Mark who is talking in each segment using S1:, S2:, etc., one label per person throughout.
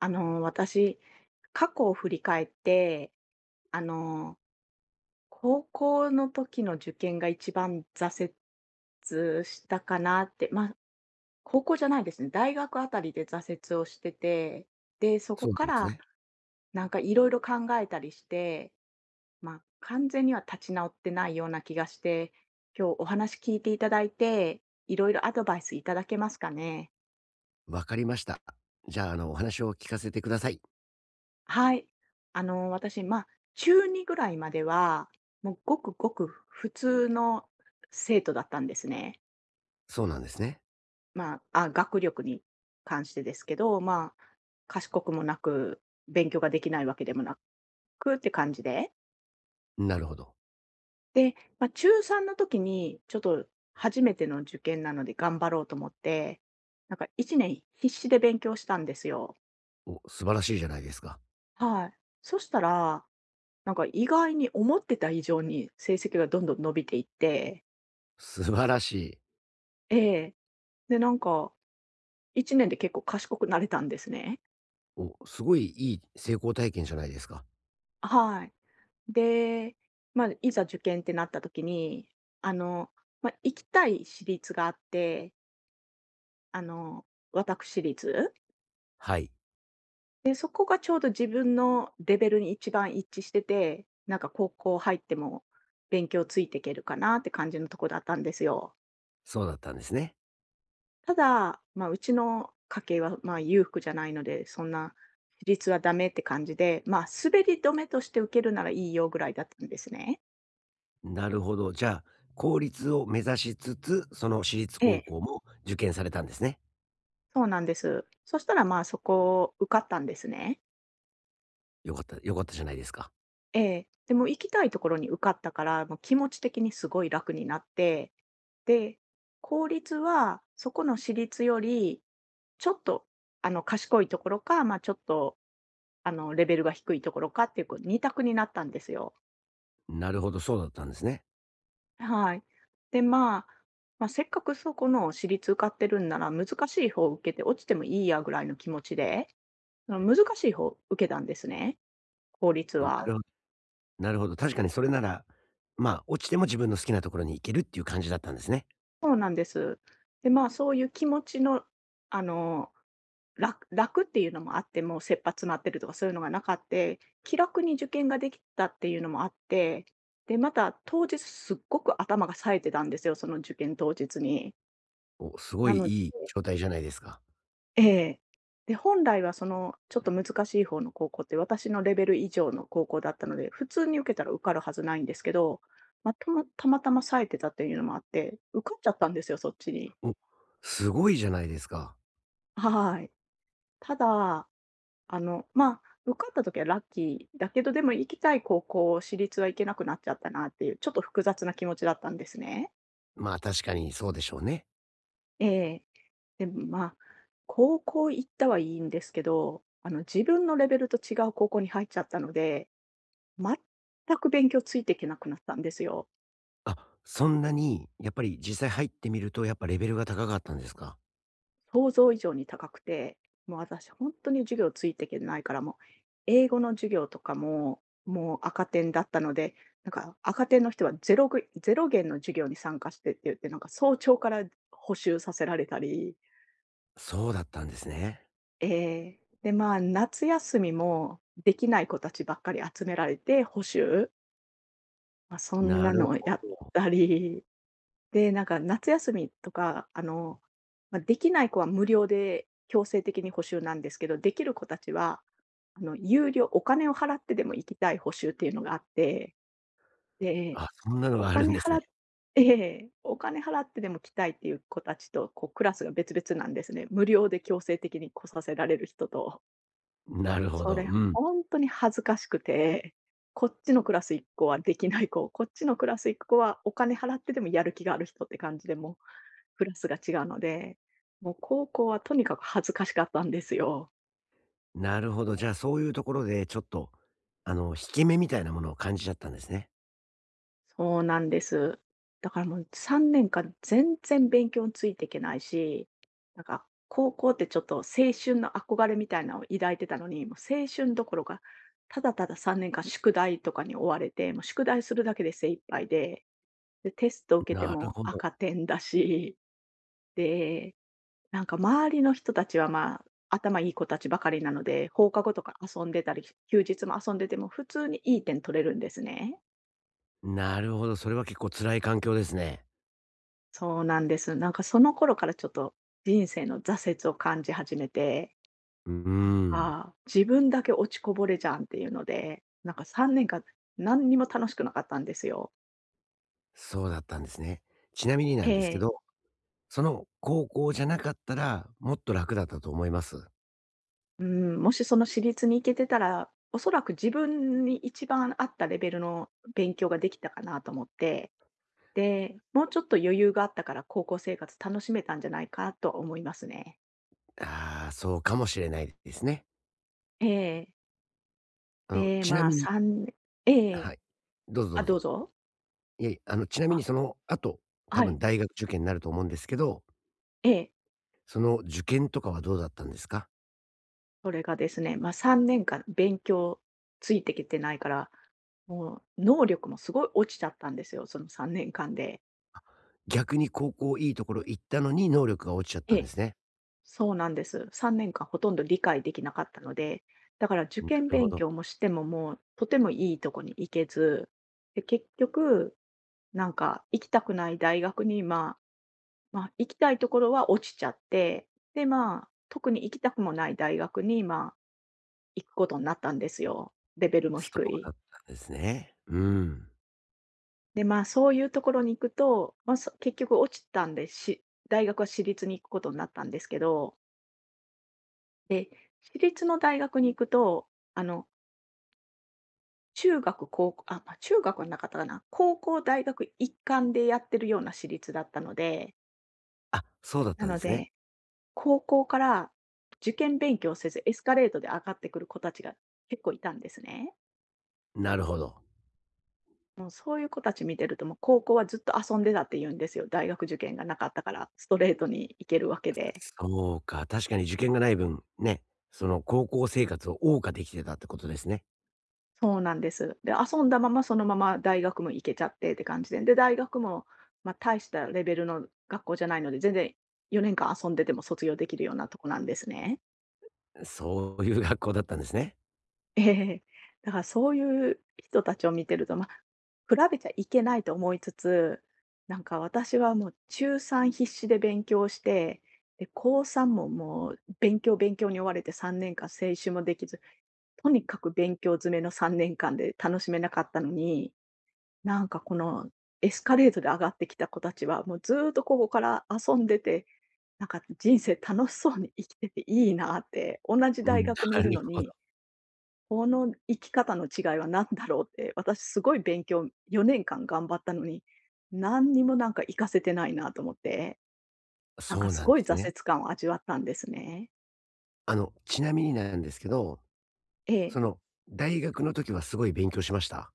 S1: 私、過去を振り返って、あの、高校の時の受験が一番挫折したかなって、高校じゃないですね、大学あたりで挫折をしてて、で、そ
S2: そ
S1: こ
S2: う
S1: か
S2: なんです
S1: ら
S2: ね。
S1: なんかいろいろ考えたりして、完全には立ち直ってないような気がして、今日お話聞いていただいて、いろいろアドバイスいただけますかね？
S2: わかりました。じゃあ、お話を聞かせてください。
S1: はい。私、中2ぐらいまでは、もうごくごく普通の生徒だったんですね。
S2: そうなんですね。
S1: まあ、学力に関してですけど、まあ、賢くもなく、勉強ができないわけでもなくって感じで。
S2: なるほど。
S1: で、まあ、中3の時に、ちょっと初めての受験なので頑張ろうと思って、なんか1年必死で勉強したんですよ。
S2: お、素晴らしいじゃないですか。
S1: はい。そしたらなんか意外に思ってた以上に成績がどんどん伸びていって
S2: 素晴らしい。
S1: ええ。で、なんか1年で結構賢くなれたんですね。
S2: お、すごいいい成功体験じゃないですか。
S1: はい。で、まあ、いざ受験ってなった時に、あの、まあ、行きたい私立があって、あの、私立。
S2: はい。
S1: で、そこがちょうど自分のレベルに一番一致してて、なんか高校入っても勉強ついていけるかなって感じのとこだったんですよ。
S2: そうだったんですね。
S1: ただ、まあ、うちの家系は、まあ、裕福じゃないので、そんな私立はダメって感じで、まあ、滑り止めとして受けるならいいよぐらいだったんですね。
S2: なるほど。じゃあ、公立を目指しつつ、その私立
S1: え
S2: 高
S1: え、
S2: 校も受験されたんですね。
S1: そうなんです。そしたら、まあ、そこ受かったんですね。
S2: よかった、よかったじゃないですか。
S1: ええ、でも行きたいところに受かったから、もう気持ち的にすごい楽になって、で、公立はそこの私立より、ちょっと、賢いところか、まあ、ちょっと、レベルが低いところかっていう、こう二択になったんですよ。
S2: なるほど、そうだったんですね。
S1: はい。で、まあ、せっかくそこの私立受かってるんなら、難しい方を受けて落ちてもいいやぐらいの気持ちで、その難しい方を受けたんですね、公立
S2: な
S1: は。
S2: るほど、なるほど。確かにそれなら、まあ、落ちても自分の好きなところに行けるっていう感じだったんですね。
S1: そうなんです。で、まあ、そういう気持ちの、あの、楽っていうのもあって、もう切羽詰まってるとかそういうのがなかって、気楽に受験ができたっていうのもあって、で、また当日すっごく頭が冴えてたんですよ、その受験当日に。
S2: お、すご
S1: な
S2: い
S1: ので
S2: いい状態じゃないですか。
S1: ええ。で、本来はそのちょっと難しい方の高校って、私のレベル以上の高校だったので、普通に受けたら受かるはずないんですけど、たまたま冴えてたっていうのもあって、受かっちゃったんですよ、そっちに。
S2: お、すごいじゃないですか。
S1: はい。ただ、受かった時はラッキーだけど、でも行きたい高校、私立は行けなくなっちゃったなっていう、ちょっと複雑な気持ちだったんですね。
S2: まあ、確かにそうでしょうね。
S1: ええ。でも、高校行ったはいいんですけど、自分のレベルと違う高校に入っちゃったので、全く勉強ついていけなくなったんですよ。
S2: あ、そんなに、やっぱり実際入ってみると、やっぱレベルが高かったんですか？
S1: 想像以上に高くて、もう私本当に授業ついていけないから、もう英語の授業とかも、もう赤点だったので、なんか赤点の人はゼロ元の授業に参加してって言って、なんか早朝から補習させられたり、
S2: そうだったんですね。
S1: ええ、で、まあ、夏休みもできない子たちばっかり集められて補習、まあ、そん
S2: な
S1: な
S2: る
S1: のを
S2: ほ
S1: やっ
S2: ど。
S1: たりで、なんか夏休みとか、まあ、できない子は無料で強制的に補習なんですけど、できる子たちは、有料お金を払ってでも行きたい補習っていうのがあって、で、
S2: あ、そんなの
S1: お
S2: があるん
S1: 金
S2: です
S1: 払
S2: ね。
S1: っ ええ、お金払ってでも来たいっていう子たちと、こうクラスが別々なんですね。無料で強制的に来させられる人と。
S2: なるほ
S1: そ
S2: ど、
S1: れ
S2: うん。
S1: ほんとに恥ずかしくて、こっちのクラス行く子はできない子、こっちのクラス行く子はお金払ってでもやる気がある人って感じで、もうクラスが違うので、もう高校はとにかく恥ずかしかったんですよ。
S2: なるほど、じゃあ、そういうところでちょっと、引け目みたいなものを感じちゃったんですね。
S1: そうなんです。だからもう3年間全然勉強についていけないし、なんか高校ってちょっと青春の憧れみたいなのを抱いてたのに、もう青春どころか、ただただ3年間宿題とかに追われて、もう宿題するだけで精一杯で、で、テスト受けて
S2: なる
S1: も
S2: ほど。
S1: 赤点だし、で、なんか周りの人たちは、まあ、頭いい子たちばかりなので、放課後とか遊んでたり、休日も遊んでても普通にいい点取れるんですね。
S2: なるほど、それは結構辛い環境ですね。
S1: そうなんです。なんかその頃からちょっと人生の挫折を感じ始めて、
S2: うーん、
S1: ああ、自分だけ落ちこぼれじゃんっていうので、なんか3年間何にも楽しくなかったんですよ。
S2: そうだったんですね。ちなみにな
S1: え
S2: んですけ
S1: え。
S2: ど、その高校じゃなかったら、もっと楽だったと思います。
S1: うん、もしその私立に行けてたら、おそらく自分に一番合ったレベルの勉強ができたかなと思って、で、もうちょっと余裕があったから高校生活楽しめたんじゃないかと思いますね。
S2: ああ、そうかもしれないですね。
S1: ええ。
S2: あの、
S1: で、
S2: ちな
S1: まあ、
S2: みに、
S1: 3年ええ。
S2: はい。どうぞ
S1: あ、
S2: どう
S1: どう
S2: ぞ。
S1: ぞ。
S2: いえいえ、あの、ちなみ
S1: あ、
S2: にその後、多
S1: はい。
S2: 分大学受験になると思うんですけど、
S1: ええ。
S2: その受験とかはどうだったんですか？
S1: それがですね、まあ、3年間勉強ついてきてないから、もう能力もすごい落ちちゃったんですよ、その3年間で。
S2: 逆に高校いいところ行ったのに能力が落ちちゃっ
S1: え
S2: たんで
S1: え、
S2: すね。
S1: そうなんです。3年間ほとんど理解できなかったので、だから受
S2: な
S1: 験
S2: るほ
S1: 勉
S2: ど。
S1: 強もしても、もうとてもいいとこに行けず、で、結局なんか行きたくない大学に、まあ、行きたいところは落ちちゃって、で、まあ、特に行きたくもない大学に、まあ、行くことになったんですよ。レベルも
S2: そう
S1: 低
S2: だ
S1: い。
S2: ったんですね。うん。
S1: で、まあ、そういうところに行くと、まあ、結局落ちたんで、大学は私立に行くことになったんですけど、で、私立の大学に行くと、あの、中学、高校あ、まあ、中学はなかったかな。高校、大学一貫でやってるような私立だったので、
S2: あ、そうだっ
S1: な
S2: たんで
S1: の
S2: すね。
S1: で高校から受験勉強せず、エスカレートで上がってくる子たちが結構いたんですね。
S2: なるほど。
S1: もうそういう子たち見てると、もう高校はずっと遊んでたって言うんですよ。大学受験がなかったから、ストレートに行けるわけで。
S2: そうか、確かに受験がない分、ね、その高校生活を謳歌できてたってことですね。
S1: そうなんです。で、遊んだままそのまま大学も行けちゃってって感じで、で、大学も、まあ、大したレベルの学校じゃないので、全然4年間遊んでても卒業できるようなとこなんですね。
S2: そういう学校だったんですね。
S1: ええ。だからそういう人たちを見てると、ま、比べちゃいけないと思いつつ、なんか私はもう中3必死で勉強して、で、高3ももう勉強に追われて3年間青春もできず、とにかく勉強詰めの3年間で楽しめなかったのに、なんかこのエスカレートで上がってきた子たちは、もうずっとここから遊んでて、なんか人生楽しそうに生きてていいなって、同じ
S2: う
S1: 大
S2: ん、
S1: 学にい
S2: なる
S1: るの
S2: ほど。
S1: に、この生き方の違いは何だろうって、私すごい勉強4年間頑張ったのに、何にもなんか活かせてないなと思って、なん
S2: そ
S1: か
S2: う
S1: す
S2: なんで
S1: ごい
S2: す
S1: 挫折
S2: ね。
S1: 感を味わったんですね。
S2: あの、ちなみになんですけど、
S1: え
S2: そ
S1: え、
S2: の、大学の時はすごい勉強しました？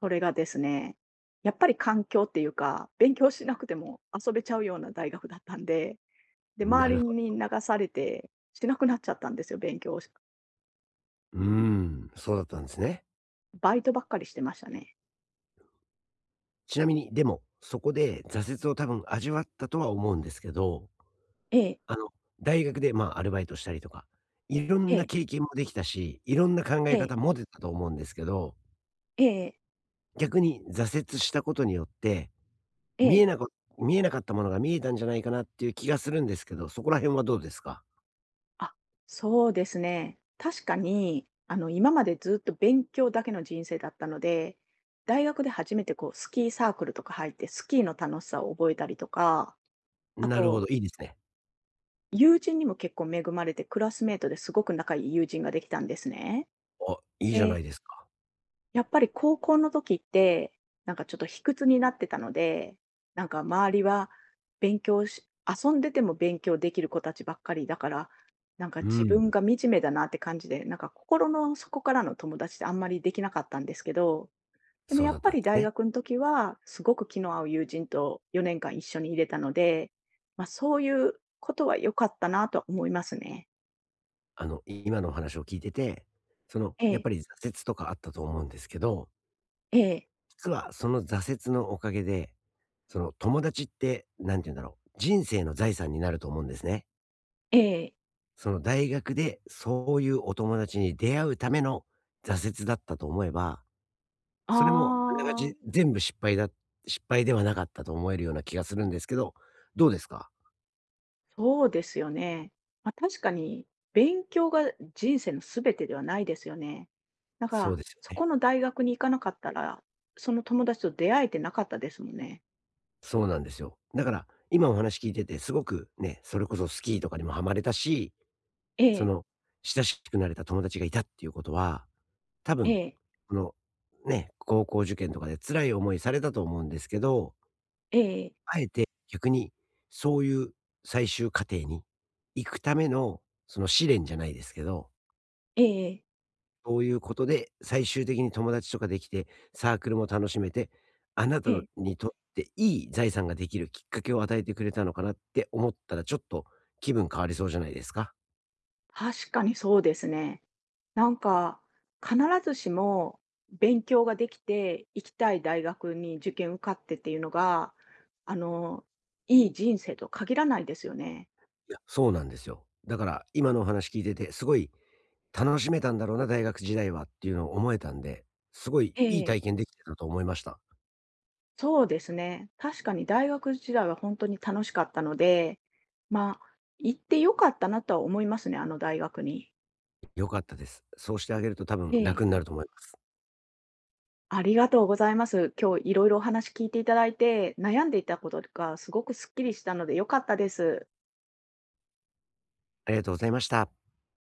S1: それがですね、やっぱり環境っていうか、勉強しなくても遊べちゃうような大学だったんで、で、
S2: な
S1: 周
S2: る
S1: り
S2: ほ
S1: に
S2: ど。
S1: 流されてしなくなっちゃったんですよ、勉強を。
S2: うーん、そうだったんですね。
S1: バイトばっかりしてましたね。
S2: ちなみに、でも、そこで挫折を多分味わったとは思うんですけど、
S1: ええ、
S2: あの、大学で、ま、アルバイトしたりとか、いろん
S1: え
S2: な
S1: え、
S2: 経験もできたし、いろんな考
S1: え
S2: え
S1: え、
S2: 方も出たと思うんですけど、
S1: ええ
S2: 逆に挫折したことによって、
S1: え
S2: 見
S1: え。
S2: えなこ見えなかったものが見えたんじゃないかなっていう気がするんですけど、そこら辺はどうですか？
S1: あ、そうですね。確かに、今までずっと勉強だけの人生だったので、大学で初めてこう、スキーサークルとか入って、スキーの楽しさを覚えたりとか、あ
S2: なるほ
S1: と、
S2: ど、いいですね。
S1: 友人にも結構恵まれて、クラスメートですごく仲いい友人ができたんですね。
S2: あ、いいじゃな
S1: で
S2: いですか。
S1: やっぱり高校の時って、なんかちょっと卑屈になってたので、なんか周りは勉強し遊んでても勉強できる子たちばっかりだから、なんか
S2: う
S1: 自分
S2: ん、
S1: が惨めだなって感じで、なんか心の底からの友達ってあんまりできなかったんですけど、でも
S2: そう
S1: や
S2: だ
S1: っ
S2: っ
S1: ぱ
S2: たんで
S1: り
S2: す
S1: 大
S2: ね。
S1: 学の時は、すごく気の合う友人と4年間一緒にいれたので、ま、そういうことは良かったなとは思いますね。
S2: あの、今のお話を聞いてて、その、
S1: え
S2: やっ
S1: え、
S2: ぱり挫折とかあったと思うんですけど、
S1: ええ、
S2: 実はその挫折のおかげで、その友達って、なんて言うんだろう、人生の財産になると思うんですね。
S1: ええ、
S2: その大学でそういうお友達に出会うための挫折だったと思えば、それもあなが
S1: あ
S2: ち全部失敗だ失敗ではなかったと思えるような気がするんですけど、どうですか？
S1: そうですよね。まあ、確かに勉強が人生のすべてではないですよね。だか
S2: そう
S1: ら、
S2: ですよ
S1: そこ
S2: ね。
S1: の大学に行かなかったら、その友達と出会えてなかったですもんね。
S2: そうなんですよ。だから、今お話聞いててすごくね、それこそスキーとかにもハマれたし、
S1: え
S2: そ
S1: え、
S2: の、親しくなれた友達がいたっていうことは、多
S1: え
S2: 分、
S1: え、
S2: この、ね、高校受験とかで辛い思いされたと思うんですけど、
S1: ええ、
S2: あえて逆にそういう最終過程に行くための、その試練じゃないですけど、
S1: ええ、
S2: そういうことで、最終的に友達とかできて、サークルも楽しめて、あなた
S1: ええ。
S2: にとっていい財産ができるきっかけを与えてくれたのかなって思ったら、ちょっと気分変わりそうじゃないですか？
S1: 確かにそうですね。なんか、必ずしも勉強ができて、行きたい大学に受験受かってっていうのが、あの、いい人生と限らないですよね。
S2: いや、そうなんですよ。だから今のお話聞いてて、すごい楽しめたんだろうな、大学時代はっていうのを思えたんで、すごい
S1: え
S2: いい
S1: え
S2: 体験できてたと思いました。
S1: そうですね。確かに大学時代は本当に楽しかったので、まあ、行って良かったなとは思いますね、あの大学に。
S2: 良かったです。そうしてあげると多分
S1: え
S2: 楽に
S1: え。
S2: なると思います。
S1: ありがとうございます。今日いろいろお話聞いていただいて、悩んでいたことがすごくすっきりしたので良かったです。
S2: ありがとうございました。